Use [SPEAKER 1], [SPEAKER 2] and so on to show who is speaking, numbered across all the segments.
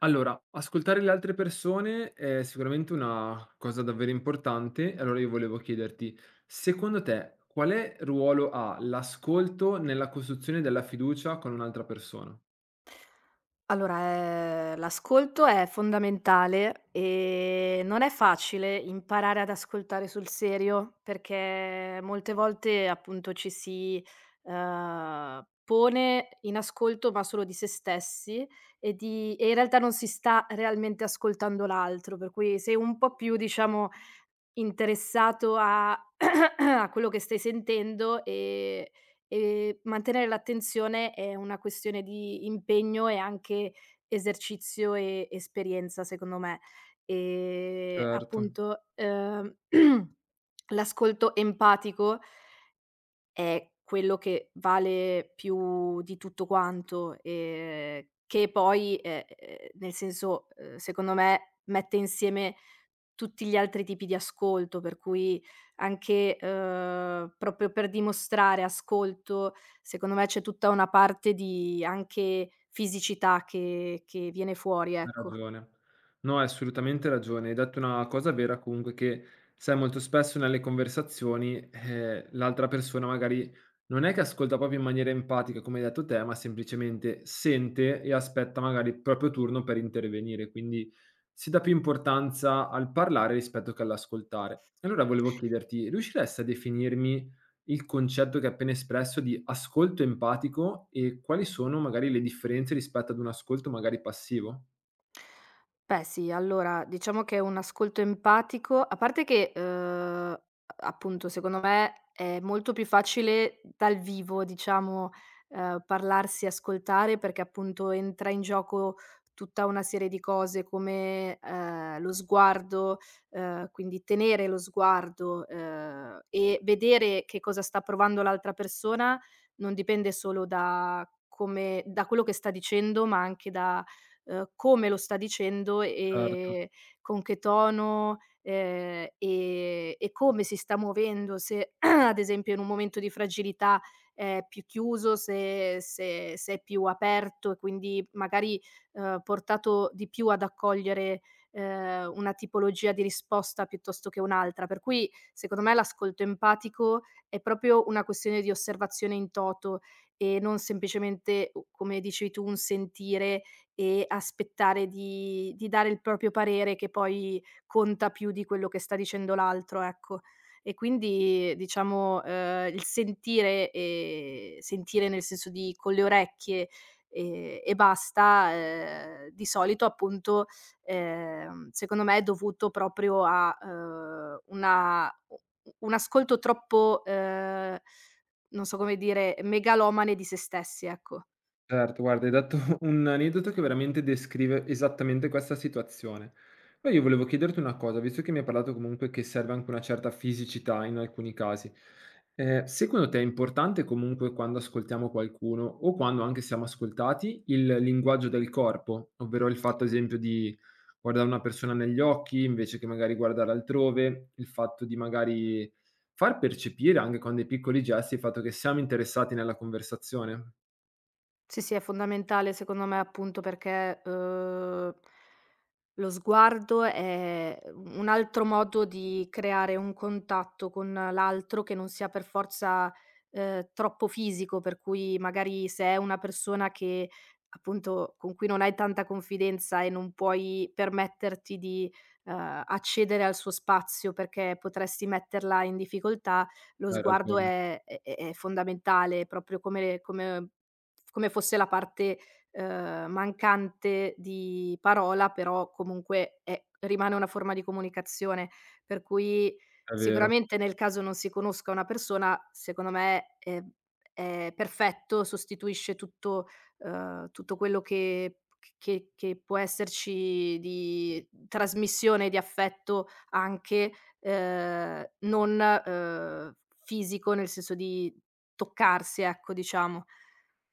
[SPEAKER 1] Allora, ascoltare le altre persone è sicuramente una cosa davvero importante. E allora io volevo chiederti, secondo te, quale ruolo ha l'ascolto nella costruzione della fiducia con un'altra persona?
[SPEAKER 2] Allora, l'ascolto è fondamentale, non è facile imparare ad ascoltare sul serio, perché molte volte appunto ci si, pone in ascolto ma solo di se stessi e in realtà non si sta realmente ascoltando l'altro, per cui sei un po' più diciamo interessato a a quello che stai sentendo, e mantenere l'attenzione è una questione di impegno e anche esercizio e esperienza secondo me. Ehm,
[SPEAKER 1] Certo.
[SPEAKER 2] appunto, uhm, l'ascolto empatico è quello che vale più di tutto quanto, che poi, nel senso, secondo me mette insieme tutti gli altri tipi di ascolto, per cui anche, proprio per dimostrare ascolto, secondo me c'è tutta una parte di anche fisicità che viene fuori,
[SPEAKER 1] Hai
[SPEAKER 2] ecco.
[SPEAKER 1] ragione. No, hai assolutamente ragione. Hai detto una cosa vera comunque che, sai, molto spesso nelle conversazioni, l'altra persona magari non è che ascolta proprio in maniera empatica, come hai detto te, ma semplicemente sente e aspetta magari il proprio turno per intervenire. Quindi si dà più importanza al parlare rispetto che all'ascoltare. E allora volevo chiederti, riusciresti a definirmi il concetto che hai appena espresso di ascolto empatico e quali sono magari le differenze rispetto ad un ascolto magari passivo?
[SPEAKER 2] Beh sì, allora diciamo che un ascolto empatico a parte che, appunto secondo me è molto più facile dal vivo, diciamo, parlarsi e ascoltare perché appunto entra in gioco tutta una serie di cose come, lo sguardo, quindi tenere lo sguardo, e vedere che cosa sta provando l'altra persona non dipende solo da quello che sta dicendo, ma anche da come lo sta dicendo
[SPEAKER 1] Certo,
[SPEAKER 2] e con che tono, e come si sta muovendo, se ad esempio in un momento di fragilità è più chiuso, se è più aperto e quindi magari, portato di più ad accogliere, una tipologia di risposta piuttosto che un'altra. Per cui secondo me l'ascolto empatico è proprio una questione di osservazione in toto e non semplicemente u come dicevi tu, un sentire e aspettare di dare il proprio parere che poi conta più di quello che sta dicendo l'altro, ecco. E quindi diciamo, il sentire nel senso di con le orecchie, e basta, di solito appunto, secondo me è dovuto proprio a, una u un ascolto troppo, non so come dire, megalomane di se stessi, ecco.
[SPEAKER 1] certo. Guarda, hai dato un aneddoto che veramente descrive esattamente questa situazione. Poi io volevo chiederti una cosa, visto che mi hai parlato comunque che serve anche una certa fisicità in alcuni casi, secondo te è importante comunque quando ascoltiamo qualcuno o quando anche siamo ascoltati il linguaggio del corpo, ovvero il fatto, ad esempio, di guardare una persona negli occhi invece che magari guardare altrove, il fatto di magari far percepire anche con dei piccoli gesti il fatto che siamo interessati nella conversazione?
[SPEAKER 2] Sì, sì, è fondamentale secondo me appunto perché, lo sguardo è u un altro modo di creare un contatto con l'altro che non sia per forza, troppo fisico, per cui magari se è una persona che appunto con cui non hai tanta confidenza e non puoi permetterti di, accedere al suo spazio perché potresti metterla in difficoltà, lo
[SPEAKER 1] Hai
[SPEAKER 2] sguardo
[SPEAKER 1] ragione,
[SPEAKER 2] è fondamentale, proprio come fosse la parte, mancante di parola, però comunque è rimane una forma di comunicazione, per cui
[SPEAKER 1] è vero,
[SPEAKER 2] sicuramente nel caso non si conosca una persona, secondo me è perfetto, sostituisce tutto quello che può esserci di trasmissione di affetto anche, non, fisico, nel senso di toccarsi, ecco, diciamo.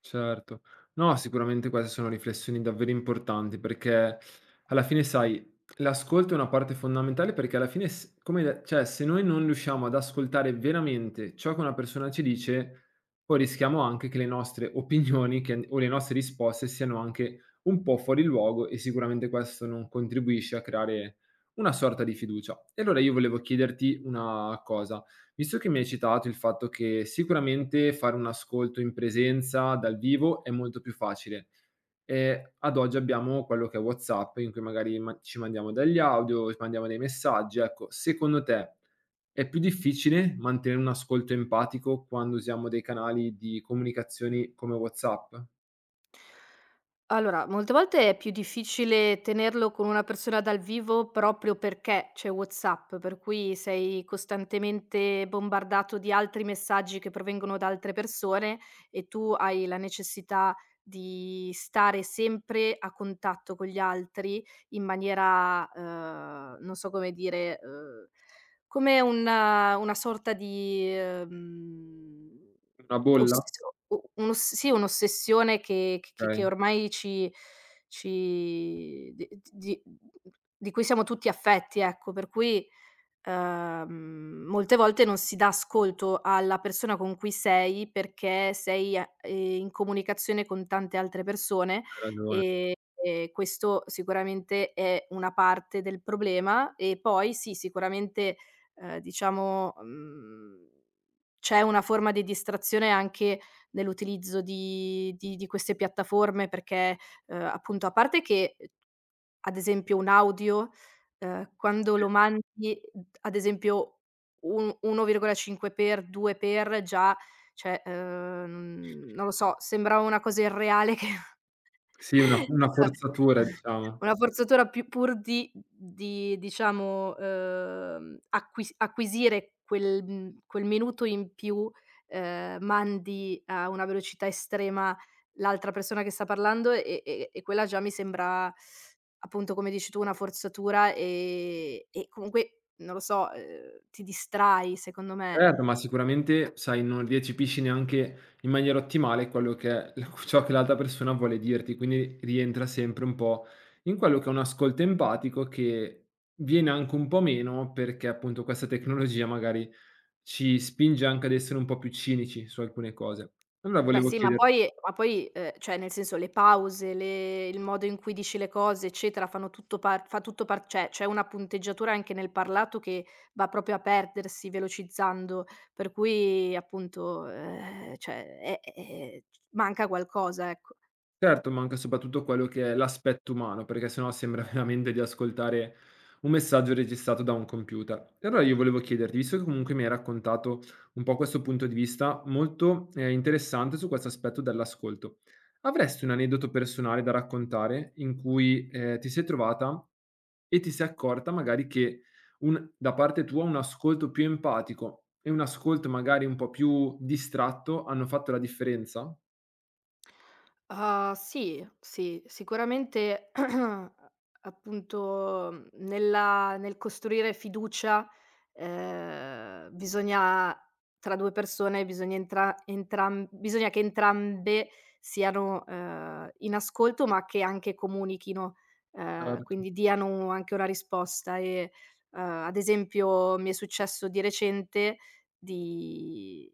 [SPEAKER 1] certo. No, sicuramente queste sono riflessioni davvero importanti perché alla fine, sai, l'ascolto è una parte fondamentale perché alla fine, come, cioè, se noi non riusciamo ad ascoltare veramente ciò che una persona ci dice, poi rischiamo anche che le nostre opinioni o le nostre risposte siano anche un po' fuori luogo e sicuramente questo non contribuisce a creare una sorta di fiducia. E allora io volevo chiederti una cosa. Visto che mi hai citato il fatto che sicuramente fare un ascolto in presenza dal vivo è molto più facile, ad oggi abbiamo quello che è WhatsApp in cui magari ma ci mandiamo degli audio, ci mandiamo dei messaggi, ecco, secondo te è più difficile mantenere un ascolto empatico quando usiamo dei canali di comunicazioni come WhatsApp?
[SPEAKER 2] Allora, molte volte è più difficile tenerlo con una persona dal vivo proprio perché c'è WhatsApp, per cui sei costantemente bombardato di altri messaggi che provengono da altre persone e tu hai la necessità di stare sempre a contatto con gli altri in maniera, non so come dire, come una sorta di,
[SPEAKER 1] Una bolla?
[SPEAKER 2] ossessio u un'oss sì, un'ossessione che che
[SPEAKER 1] Okay,
[SPEAKER 2] che
[SPEAKER 1] hai
[SPEAKER 2] ormai ci ci di cui siamo tutti affetti, ecco, per cui molte volte non si dà ascolto alla persona con cui sei, perché sei a in comunicazione con tante altre persone,
[SPEAKER 1] ragione.
[SPEAKER 2] ehm, e questo sicuramente è una parte del problema. E poi sì, sicuramente, diciamo, c'è una forma di distrazione anche nell'utilizzo di queste piattaforme perché, appunto a parte che, ad esempio un audio quando
[SPEAKER 1] Sì,
[SPEAKER 2] lo mangi, ad esempio, un 1,5 per, 2 per, già cioè, non lo so, sembra una cosa irreale che
[SPEAKER 1] sì, una forzatura diciamo.
[SPEAKER 2] una forzatura più pur di diciamo, acquisire quel minuto in più, mandi a una velocità estrema l'altra persona che sta parlando e quella già mi sembra appunto, come dici tu, una forzatura, e comunque, non lo so, ti distrai secondo me.
[SPEAKER 1] Certo, ma sicuramente, sai, non recepisci neanche in maniera ottimale quello che è l ciò che l'altra persona vuole dirti, quindi rientra sempre un po' in quello che è un ascolto empatico che viene anche un po' meno perché, appunto, questa tecnologia magari ci spinge anche ad essere un po' più cinici su alcune cose. Allora
[SPEAKER 2] Beh
[SPEAKER 1] volevo
[SPEAKER 2] sì, ma
[SPEAKER 1] chieder
[SPEAKER 2] poi ma poi, cioè nel senso le pause, le il modo in cui dici le cose, eccetera, fanno tutto par fa tutto par cioè c'è una punteggiatura anche nel parlato che va proprio a perdersi velocizzando, per cui appunto, cioè è manca qualcosa, ecco.
[SPEAKER 1] Certo, manca soprattutto quello che è l'aspetto umano, perché sennò sembra veramente di ascoltare un messaggio registrato da un computer. E allora io volevo chiederti, visto che comunque mi hai raccontato un po' questo punto di vista molto interessante su questo aspetto dell'ascolto, avresti un aneddoto personale da raccontare in cui ti sei trovata e ti sei accorta magari che da parte tua un ascolto più empatico e un ascolto magari un po' più distratto hanno fatto la differenza?
[SPEAKER 2] Ah, sì, sì, sicuramente appunto, nel costruire fiducia, bisogna tra 2 persone bisogna entra entram bisogna che entrambe siano, in ascolto, ma che anche comunichino,
[SPEAKER 1] Certo,
[SPEAKER 2] quindi diano anche una risposta e, ad esempio mi è successo di recente di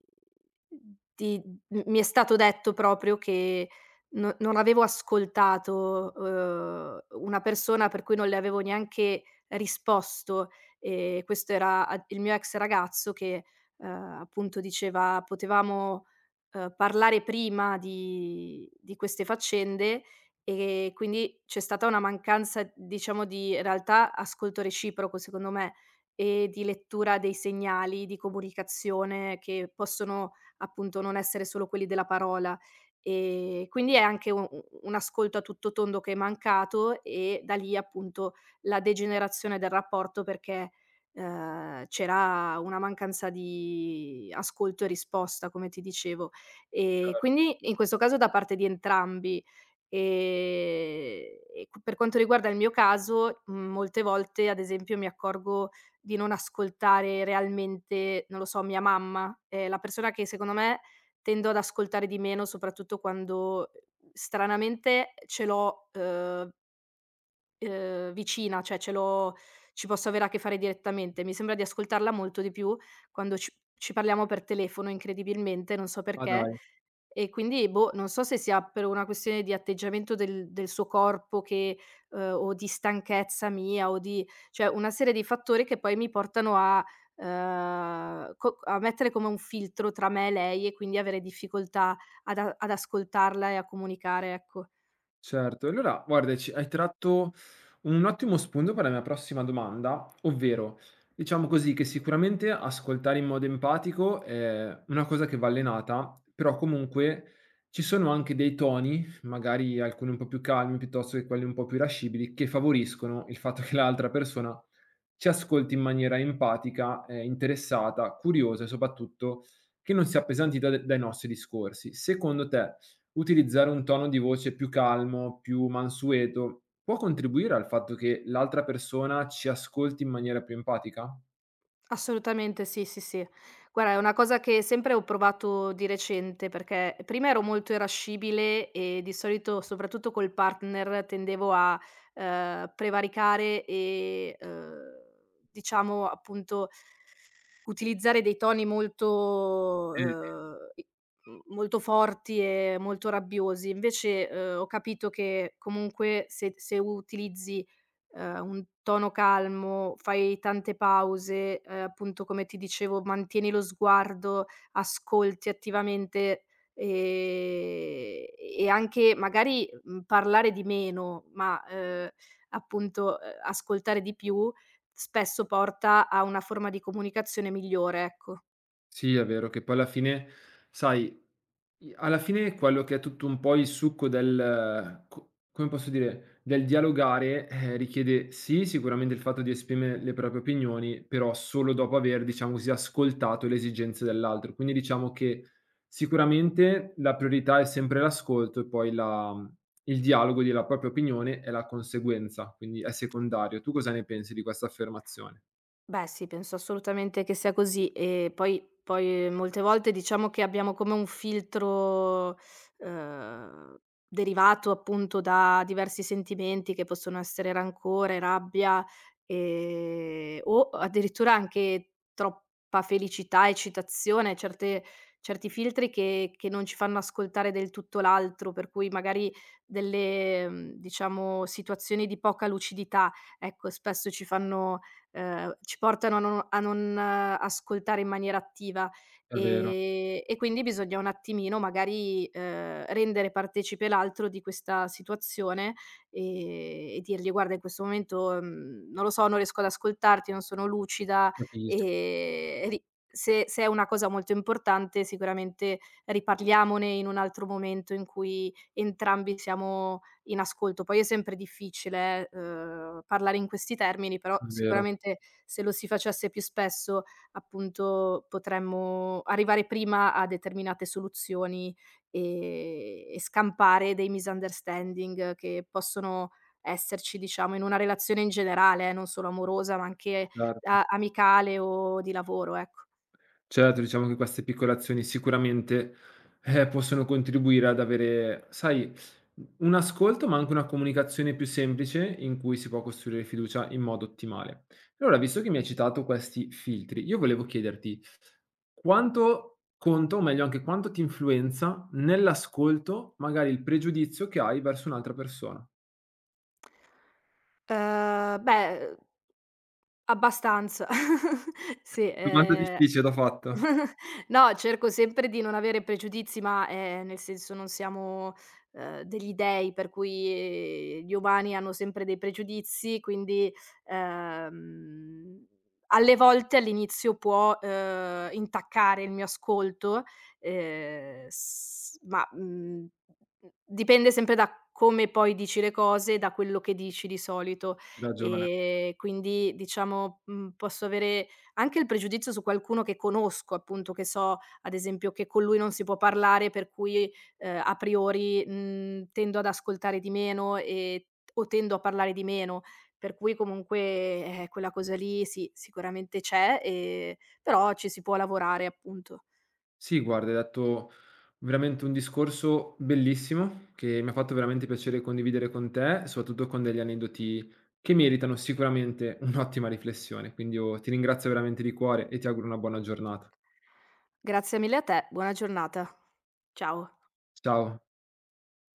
[SPEAKER 2] di M mi è stato detto proprio che no non avevo ascoltato, una persona per cui non le avevo neanche risposto, questo era a il mio ex ragazzo che, appunto diceva: "Potevamo, parlare prima di queste faccende", e quindi c'è stata una mancanza, diciamo, di in realtà ascolto reciproco secondo me, e di lettura dei segnali, di comunicazione che possono appunto non essere solo quelli della parola. Quindi è anche u u un ascolto a tutto tondo che è mancato e da lì appunto la degenerazione del rapporto perché, c'era una mancanza di ascolto e risposta, come ti dicevo.
[SPEAKER 1] certo.
[SPEAKER 2] Quindi in questo caso da parte di entrambi. E q Per quanto riguarda il mio caso, molte volte ad esempio mi accorgo di non ascoltare realmente, non lo so, mia mamma. È la persona che secondo me tendo ad ascoltare di meno, soprattutto quando, stranamente ce l'ho, vicina, cioè ce l'ho ci posso avere a che fare direttamente. Mi sembra di ascoltarla molto di più quando ci parliamo per telefono incredibilmente, non so
[SPEAKER 1] Ma
[SPEAKER 2] perché,
[SPEAKER 1] dai.
[SPEAKER 2] e quindi, boh, non so se sia per una questione di atteggiamento del suo corpo che o di stanchezza mia o di cioè una serie di fattori che poi mi portano a mettere come un filtro tra me e lei e quindi avere difficoltà ad ascoltarla e a comunicare, ecco.
[SPEAKER 1] Certo, allora guarda ci hai tratto un ottimo spunto per la mia prossima domanda, ovvero diciamo così che sicuramente ascoltare in modo empatico è una cosa che va allenata, però comunque ci sono anche dei toni, magari alcuni un po' più calmi piuttosto che quelli un po' più irascibili, che favoriscono il fatto che l'altra persona ci ascolti in maniera empatica, interessata, curiosa e soprattutto che non sia appesantita d dai nostri discorsi. Secondo te utilizzare un tono di voce più calmo, più mansueto, può contribuire al fatto che l'altra persona ci ascolti in maniera più empatica?
[SPEAKER 2] Assolutamente sì, sì, sì. Guarda, è una cosa che sempre ho provato di recente, perché prima ero molto irascibile e di solito, soprattutto col partner, tendevo a, prevaricare e, diciamo appunto utilizzare dei toni molto,
[SPEAKER 1] Mh.
[SPEAKER 2] molto forti e molto rabbiosi. Invece, ho capito che comunque se utilizzi, un tono calmo, fai tante pause, appunto come ti dicevo, mantieni lo sguardo, ascolti attivamente, ehm, e anche magari, parlare di meno, ma, appunto, ascoltare di più, spesso porta a una forma di comunicazione migliore, ecco.
[SPEAKER 1] Sì, è vero che poi alla fine, sai, I alla fine quello che è tutto un po' il succo del co come posso dire, del dialogare, richiede sì, sicuramente il fatto di esprimere le proprie opinioni, però solo dopo aver, diciamo così, ascoltato le esigenze dell'altro. Quindi diciamo che sicuramente la priorità è sempre l'ascolto e poi la mhmm, il dialogo della propria opinione è la conseguenza, quindi è secondario. Tu cosa ne pensi di questa affermazione?
[SPEAKER 2] Beh sì, penso assolutamente che sia così e poi molte volte diciamo che abbiamo come un filtro, uhm, derivato appunto da diversi sentimenti che possono essere rancore, rabbia, o addirittura anche troppa felicità, eccitazione, certe certi filtri che non ci fanno ascoltare del tutto l'altro, per cui magari delle, diciamo situazioni di poca lucidità, ecco, spesso ci portano a non ascoltare in maniera attiva,
[SPEAKER 1] È vero,
[SPEAKER 2] e quindi bisogna un attimino magari, rendere partecipe l'altro di questa situazione, e dirgli: "Guarda in questo momento, non lo so, non riesco ad ascoltarti, non sono lucida",
[SPEAKER 1] capisco,
[SPEAKER 2] ri se se è una cosa molto importante sicuramente riparliamone in un altro momento in cui entrambi siamo in ascolto. Poi è sempre difficile, parlare in questi termini, però
[SPEAKER 1] è vero,
[SPEAKER 2] sicuramente se lo si facesse più spesso, appunto, potremmo arrivare prima a determinate soluzioni, ehm, e scampare dei misunderstanding che possono esserci, diciamo, in una relazione in generale, non solo amorosa, ma anche
[SPEAKER 1] cer
[SPEAKER 2] a amicale o di lavoro, ecco.
[SPEAKER 1] certo, diciamo che queste piccole azioni sicuramente, possono contribuire ad avere, sai, u un ascolto, ma anche una comunicazione più semplice in cui si può costruire fiducia in modo ottimale. Allora, visto che mi hai citato questi filtri, io volevo chiederti quanto conta, o meglio anche quanto ti influenza nell'ascolto, magari il pregiudizio che hai verso un'altra persona?
[SPEAKER 2] Beh, abbastanza. Sì,
[SPEAKER 1] Domanda difficile, t'ho fatto.
[SPEAKER 2] no, cerco sempre di non avere pregiudizi, ma, nel senso non siamo, degli dei, per cui gli umani hanno sempre dei pregiudizi, quindi, ehm, alle volte all'inizio può, intaccare il mio ascolto, s ma, dipende sempre da come poi dici le cose e da quello che dici di solito.
[SPEAKER 1] Hai ragione.
[SPEAKER 2] Quindi diciamo, posso avere anche il pregiudizio su qualcuno che conosco, appunto, che so, ad esempio, che con lui non si può parlare per cui, a priori, tendo ad ascoltare di meno e o tendo a parlare di meno. Per cui comunque, quella cosa lì sì, sicuramente c'è, però ci si può lavorare, appunto.
[SPEAKER 1] Sì, guarda, hai detto veramente un discorso bellissimo che mi ha fatto veramente piacere condividere con te, soprattutto con degli aneddoti che meritano sicuramente un'ottima riflessione. Quindi io ti ringrazio veramente di cuore e ti auguro una buona giornata.
[SPEAKER 2] Grazie mille a te, buona giornata. Ciao.
[SPEAKER 1] Ciao.